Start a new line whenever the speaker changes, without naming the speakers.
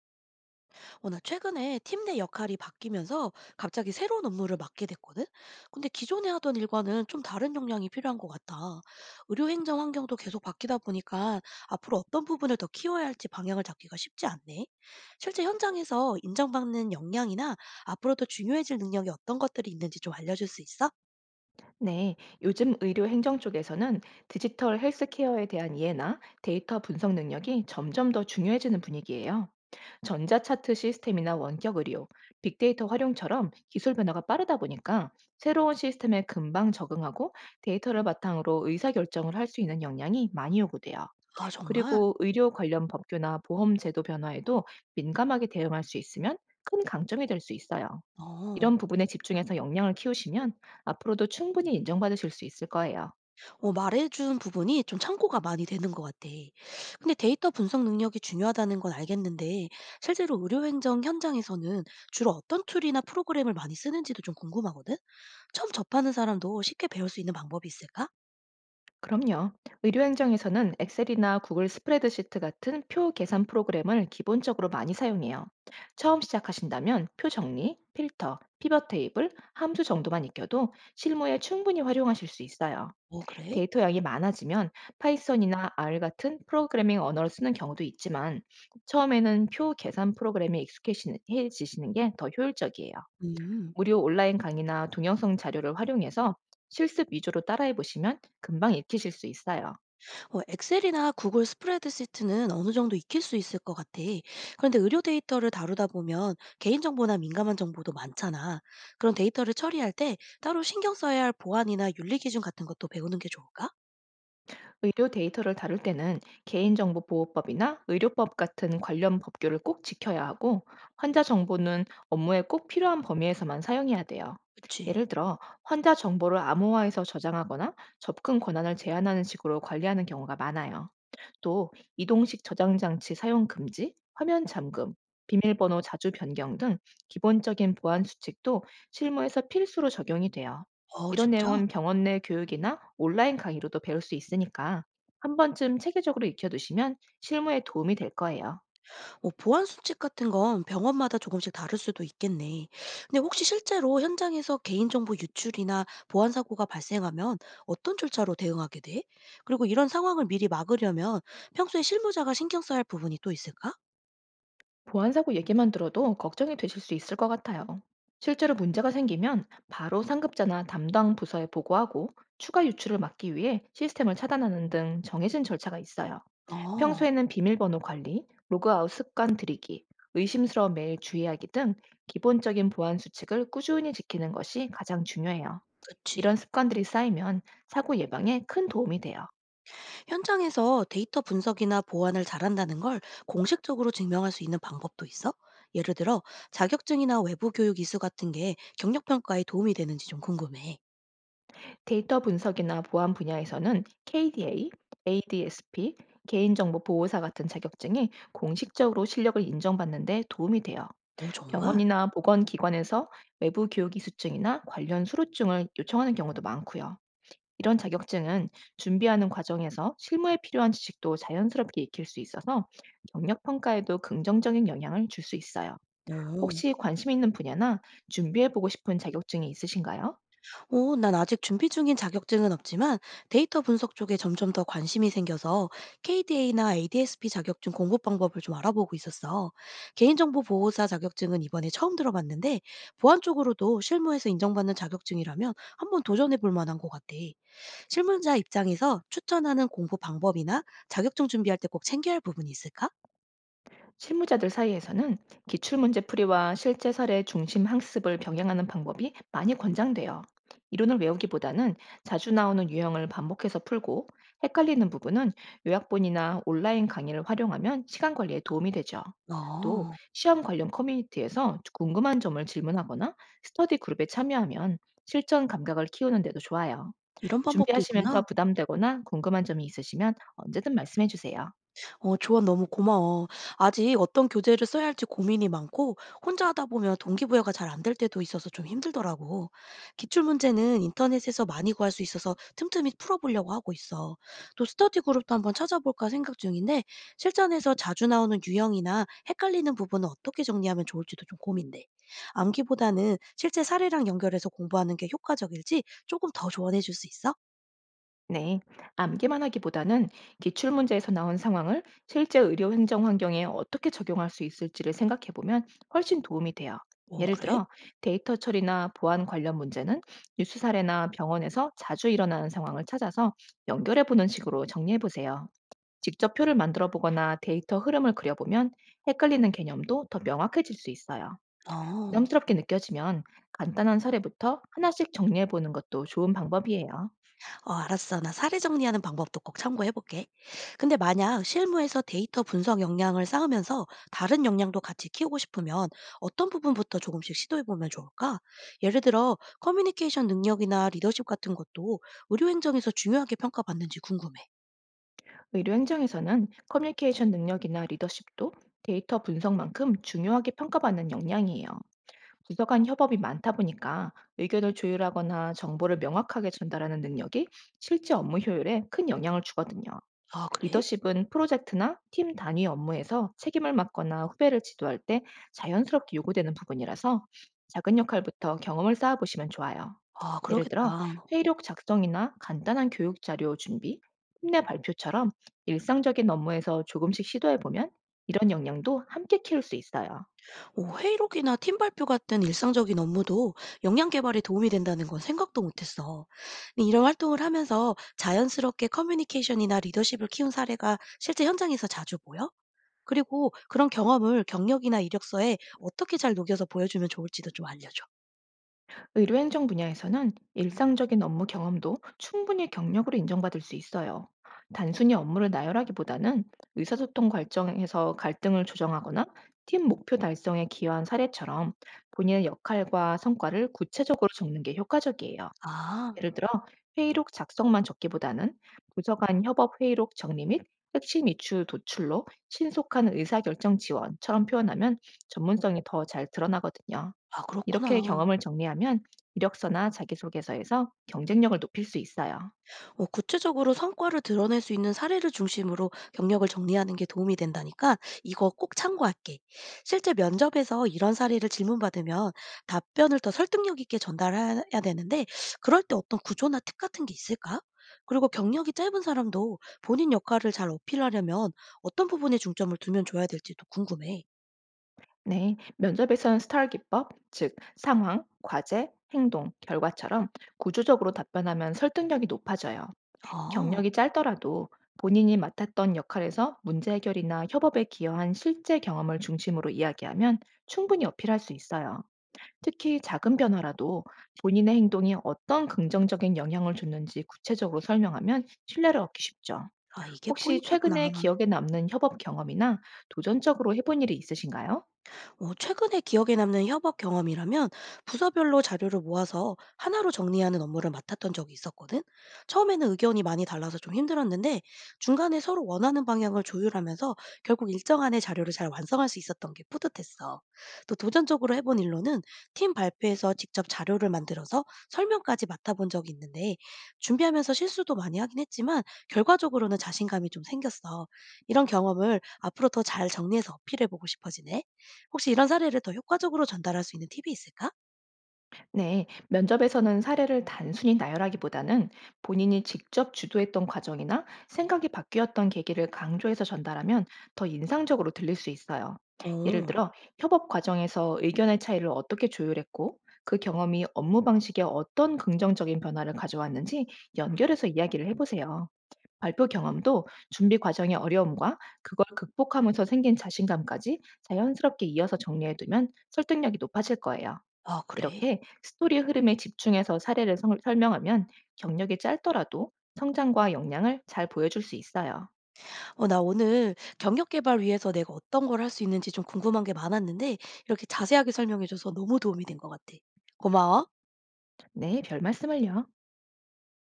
어, 나 최근에 팀 내 역할이 바뀌면서 갑자기 새로운 업무를 맡게 됐거든? 근데 기존에 하던 일과는 좀 다른 역량이 필요한 것 같아. 의료행정 환경도 계속 바뀌다 보니까 앞으로 어떤 부분을 더 키워야 할지 방향을 잡기가 쉽지 않네. 실제 현장에서 인정받는 역량이나 앞으로 더 중요해질 능력이 어떤 것들이 있는지 좀 알려줄 수 있어?
네, 요즘 의료 행정 쪽에서는 디지털 헬스케어에 대한 이해나 데이터 분석 능력이 점점 더 중요해지는 분위기예요. 전자차트 시스템이나 원격 의료, 빅데이터 활용처럼 기술 변화가 빠르다 보니까 새로운 시스템에 금방 적응하고 데이터를 바탕으로 의사결정을 할 수 있는 역량이 많이 요구돼요.
아, 정말?
그리고 의료 관련 법규나 보험 제도 변화에도 민감하게 대응할 수 있으면 큰 강점이 될 수 있어요.
어.
이런 부분에 집중해서 역량을 키우시면 앞으로도 충분히 인정받으실 수 있을 거예요.
어 말해준 부분이 좀 참고가 많이 되는 것 같아. 근데 데이터 분석 능력이 중요하다는 건 알겠는데 실제로 의료 행정 현장에서는 주로 어떤 툴이나 프로그램을 많이 쓰는지도 좀 궁금하거든. 처음 접하는 사람도 쉽게 배울 수 있는 방법이 있을까?
그럼요. 의료행정에서는 엑셀이나 구글 스프레드시트 같은 표 계산 프로그램을 기본적으로 많이 사용해요. 처음 시작하신다면 표 정리, 필터, 피벗 테이블, 함수 정도만 익혀도 실무에 충분히 활용하실 수 있어요.
어 그래?
데이터 양이 많아지면 파이썬이나 R 같은 프로그래밍 언어를 쓰는 경우도 있지만 처음에는 표 계산 프로그램에 익숙해지시는 게 더 효율적이에요.
음.
무료 온라인 강의나 동영상 자료를 활용해서 실습 위주로 따라해 보시면 금방 익히실 수 있어요.
어 엑셀이나 구글 스프레드시트는 어느 정도 익힐 수 있을 것 같아. 그런데 의료 데이터를 다루다 보면 개인정보나 민감한 정보도 많잖아. 그런 데이터를 처리할 때 따로 신경 써야 할 보안이나 윤리 기준 같은 것도 배우는 게 좋을까?
의료 데이터를 다룰 때는 개인정보보호법이나 의료법 같은 관련 법규를 꼭 지켜야 하고, 환자 정보는 업무에 꼭 필요한 범위에서만 사용해야 돼요.
그치.
예를 들어, 환자 정보를 암호화해서 저장하거나 접근 권한을 제한하는 식으로 관리하는 경우가 많아요. 또, 이동식 저장 장치 사용 금지, 화면 잠금, 비밀번호 자주 변경 등 기본적인 보안 수칙도 실무에서 필수로 적용이 돼요.
어
이런
진짜?
내용은 병원 내 교육이나 온라인 강의로도 배울 수 있으니까 한 번쯤 체계적으로 익혀두시면 실무에 도움이 될 거예요.
어 보안 수칙 같은 건 병원마다 조금씩 다를 수도 있겠네. 근데 혹시 실제로 현장에서 개인정보 유출이나 보안 사고가 발생하면 어떤 절차로 대응하게 돼? 그리고 이런 상황을 미리 막으려면 평소에 실무자가 신경 써야 할 부분이 또 있을까?
보안사고 얘기만 들어도 걱정이 되실 수 있을 것 같아요. 실제로 문제가 생기면 바로 상급자나 담당 부서에 보고하고 추가 유출을 막기 위해 시스템을 차단하는 등 정해진 절차가 있어요.
어.
평소에는 비밀번호 관리, 로그아웃 습관 들이기, 의심스러운 메일 주의하기 등 기본적인 보안 수칙을 꾸준히 지키는 것이 가장 중요해요. 이런
그치.
습관들이 쌓이면 사고 예방에 큰 도움이 돼요.
현장에서 데이터 분석이나 보안을 잘한다는 걸 공식적으로 증명할 수 있는 방법도 있어? 예를 들어 자격증이나 외부 교육 이수 같은 게 경력 평가에 도움이 되는지 좀 궁금해.
데이터 분석이나 보안 분야에서는 KDA, ADSP, 개인정보보호사 같은 자격증이 공식적으로 실력을 인정받는 데 도움이 돼요.
어 정말?
병원이나 보건기관에서 외부 교육 이수증이나 관련 수료증을 요청하는 경우도 많고요. 이런 자격증은 준비하는 과정에서 실무에 필요한 지식도 자연스럽게 익힐 수 있어서 경력 평가에도 긍정적인 영향을 줄 수 있어요.
오
혹시 관심 있는 분야나 준비해보고 싶은 자격증이 있으신가요?
오, 난 아직 준비 중인 자격증은 없지만 데이터 분석 쪽에 점점 더 관심이 생겨서 KDA나 ADSP 자격증 공부 방법을 좀 알아보고 있었어. 개인정보 보호사 자격증은 이번에 처음 들어봤는데 보안 쪽으로도 실무에서 인정받는 자격증이라면 한번 도전해 볼 만한 것 같아. 실무자 입장에서 추천하는 공부 방법이나 자격증 준비할 때 꼭 챙겨야 할 부분이 있을까?
실무자들 사이에서는 기출문제 풀이와 실제 사례 중심 학습을 병행하는 방법이 많이 권장돼요. 이론을 외우기보다는 자주 나오는 유형을 반복해서 풀고 헷갈리는 부분은 요약본이나 온라인 강의를 활용하면 시간 관리에 도움이 되죠. 또
어.
시험 관련 커뮤니티에서 궁금한 점을 질문하거나 스터디 그룹에 참여하면 실전 감각을 키우는 데도 좋아요.
이런 방법도 있구나.
준비하시면서 부담되거나 궁금한 점이 있으시면 언제든 말씀해 주세요.
어 조언 너무 고마워. 아직 어떤 교재를 써야 할지 고민이 많고 혼자 하다 보면 동기부여가 잘 안 될 때도 있어서 좀 힘들더라고. 기출 문제는 인터넷에서 많이 구할 수 있어서 틈틈이 풀어보려고 하고 있어. 또 스터디 그룹도 한번 찾아볼까 생각 중인데 실전에서 자주 나오는 유형이나 헷갈리는 부분은 어떻게 정리하면 좋을지도 좀 고민돼. 암기보다는 실제 사례랑 연결해서 공부하는 게 효과적일지 조금 더 조언해 줄 수 있어?
네, 암기만 하기보다는 기출 문제에서 나온 상황을 실제 의료 행정 환경에 어떻게 적용할 수 있을지를 생각해 보면 훨씬 도움이 돼요.
어,
예를
그래?
들어 데이터 처리나 보안 관련 문제는 뉴스 사례나 병원에서 자주 일어나는 상황을 찾아서 연결해 보는 식으로 정리해 보세요. 직접 표를 만들어 보거나 데이터 흐름을 그려보면 헷갈리는 개념도 더 명확해질 수 있어요.
어.
부담스럽게 느껴지면 간단한 사례부터 하나씩 정리해 보는 것도 좋은 방법이에요.
어 알았어. 나 사례 정리하는 방법도 꼭 참고해 볼게. 근데 만약 실무에서 데이터 분석 역량을 쌓으면서 다른 역량도 같이 키우고 싶으면 어떤 부분부터 조금씩 시도해 보면 좋을까? 예를 들어 커뮤니케이션 능력이나 리더십 같은 것도 의료 행정에서 중요하게 평가받는지 궁금해.
의료 행정에서는 커뮤니케이션 능력이나 리더십도 데이터 분석만큼 중요하게 평가받는 역량이에요. 부서 간 협업이 많다 보니까 의견을 조율하거나 정보를 명확하게 전달하는 능력이 실제 업무 효율에 큰 영향을 주거든요.
아, 그래?
리더십은 프로젝트나 팀 단위 업무에서 책임을 맡거나 후배를 지도할 때 자연스럽게 요구되는 부분이라서 작은 역할부터 경험을 쌓아보시면 좋아요.
아,
예를 들어
그러겠다.
회의록 작성이나 간단한 교육 자료 준비, 팀내 발표처럼 일상적인 업무에서 조금씩 시도해보면 이런 역량도 함께 키울 수 있어요.
오, 회의록이나 팀 발표 같은 일상적인 업무도 역량 개발에 도움이 된다는 건 생각도 못했어. 근데 이런 활동을 하면서 자연스럽게 커뮤니케이션이나 리더십을 키운 사례가 실제 현장에서 자주 보여? 그리고 그런 경험을 경력이나 이력서에 어떻게 잘 녹여서 보여주면 좋을지도 좀 알려줘.
의료행정 분야에서는 일상적인 업무 경험도 충분히 경력으로 인정받을 수 있어요. 단순히 업무를 나열하기보다는 의사소통 과정에서 갈등을 조정하거나 팀 목표 달성에 기여한 사례처럼 본인의 역할과 성과를 구체적으로 적는 게 효과적이에요.
아,
예를 들어 회의록 작성만 적기보다는 부서 간 협업 회의록 정리 및 핵심 이슈 도출로 신속한 의사결정 지원처럼 표현하면 전문성이 더 잘 드러나거든요.
아,
이렇게
그렇구나.
경험을 정리하면 이력서나 자기소개서에서 경쟁력을 높일 수 있어요.
어, 구체적으로 성과를 드러낼 수 있는 사례를 중심으로 경력을 정리하는 게 도움이 된다니까 이거 꼭 참고할게. 실제 면접에서 이런 사례를 질문받으면 답변을 더 설득력 있게 전달해야 되는데 그럴 때 어떤 구조나 팁 같은 게 있을까? 그리고 경력이 짧은 사람도 본인 역할을 잘 어필하려면 어떤 부분에 중점을 두면 줘야 될지도 궁금해.
네, 면접에선 스타일 기법, 즉 상황, 과제, 행동, 결과처럼 구조적으로 답변하면 설득력이 높아져요.
아,
경력이 짧더라도 본인이 맡았던 역할에서 문제 해결이나 협업에 기여한 실제 경험을 중심으로 이야기하면 충분히 어필할 수 있어요. 특히 작은 변화라도 본인의 행동이 어떤 긍정적인 영향을 줬는지 구체적으로 설명하면 신뢰를 얻기 쉽죠.
아 이게
혹시
포인트구나.
최근에 기억에 남는 협업 경험이나 도전적으로 해본 일이 있으신가요?
어, 최근에 기억에 남는 협업 경험이라면 부서별로 자료를 모아서 하나로 정리하는 업무를 맡았던 적이 있었거든. 처음에는 의견이 많이 달라서 좀 힘들었는데 중간에 서로 원하는 방향을 조율하면서 결국 일정 안에 자료를 잘 완성할 수 있었던 게 뿌듯했어. 또 도전적으로 해본 일로는 팀 발표에서 직접 자료를 만들어서 설명까지 맡아본 적이 있는데 준비하면서 실수도 많이 하긴 했지만 결과적으로는 자신감이 좀 생겼어. 이런 경험을 앞으로 더 잘 정리해서 어필해보고 싶어지네. 혹시 이런 사례를 더 효과적으로 전달할 수 있는 팁이 있을까?
네, 면접에서는 사례를 단순히 나열하기보다는 본인이 직접 주도했던 과정이나 생각이 바뀌었던 계기를 강조해서 전달하면 더 인상적으로 들릴 수 있어요. 예를
어.
들어, 협업 과정에서 의견의 차이를 어떻게 조율했고, 그 경험이 업무 방식에 어떤 긍정적인 변화를 가져왔는지 연결해서 이야기를 해보세요. 발표 경험도 준비 과정의 어려움과 그걸 극복하면서 생긴 자신감까지 자연스럽게 이어서 정리해 두면 설득력이 높아질 거예요.
아 그래?
이렇게 스토리 흐름에 집중해서 사례를 설명하면 경력이 짧더라도 성장과 역량을 잘 보여줄 수 있어요.
어 나 오늘 경력 개발 위해서 내가 어떤 걸 할 수 있는지 좀 궁금한 게 많았는데 이렇게 자세하게 설명해 줘서 너무 도움이 된 것 같아. 고마워.
네, 별 말씀을요.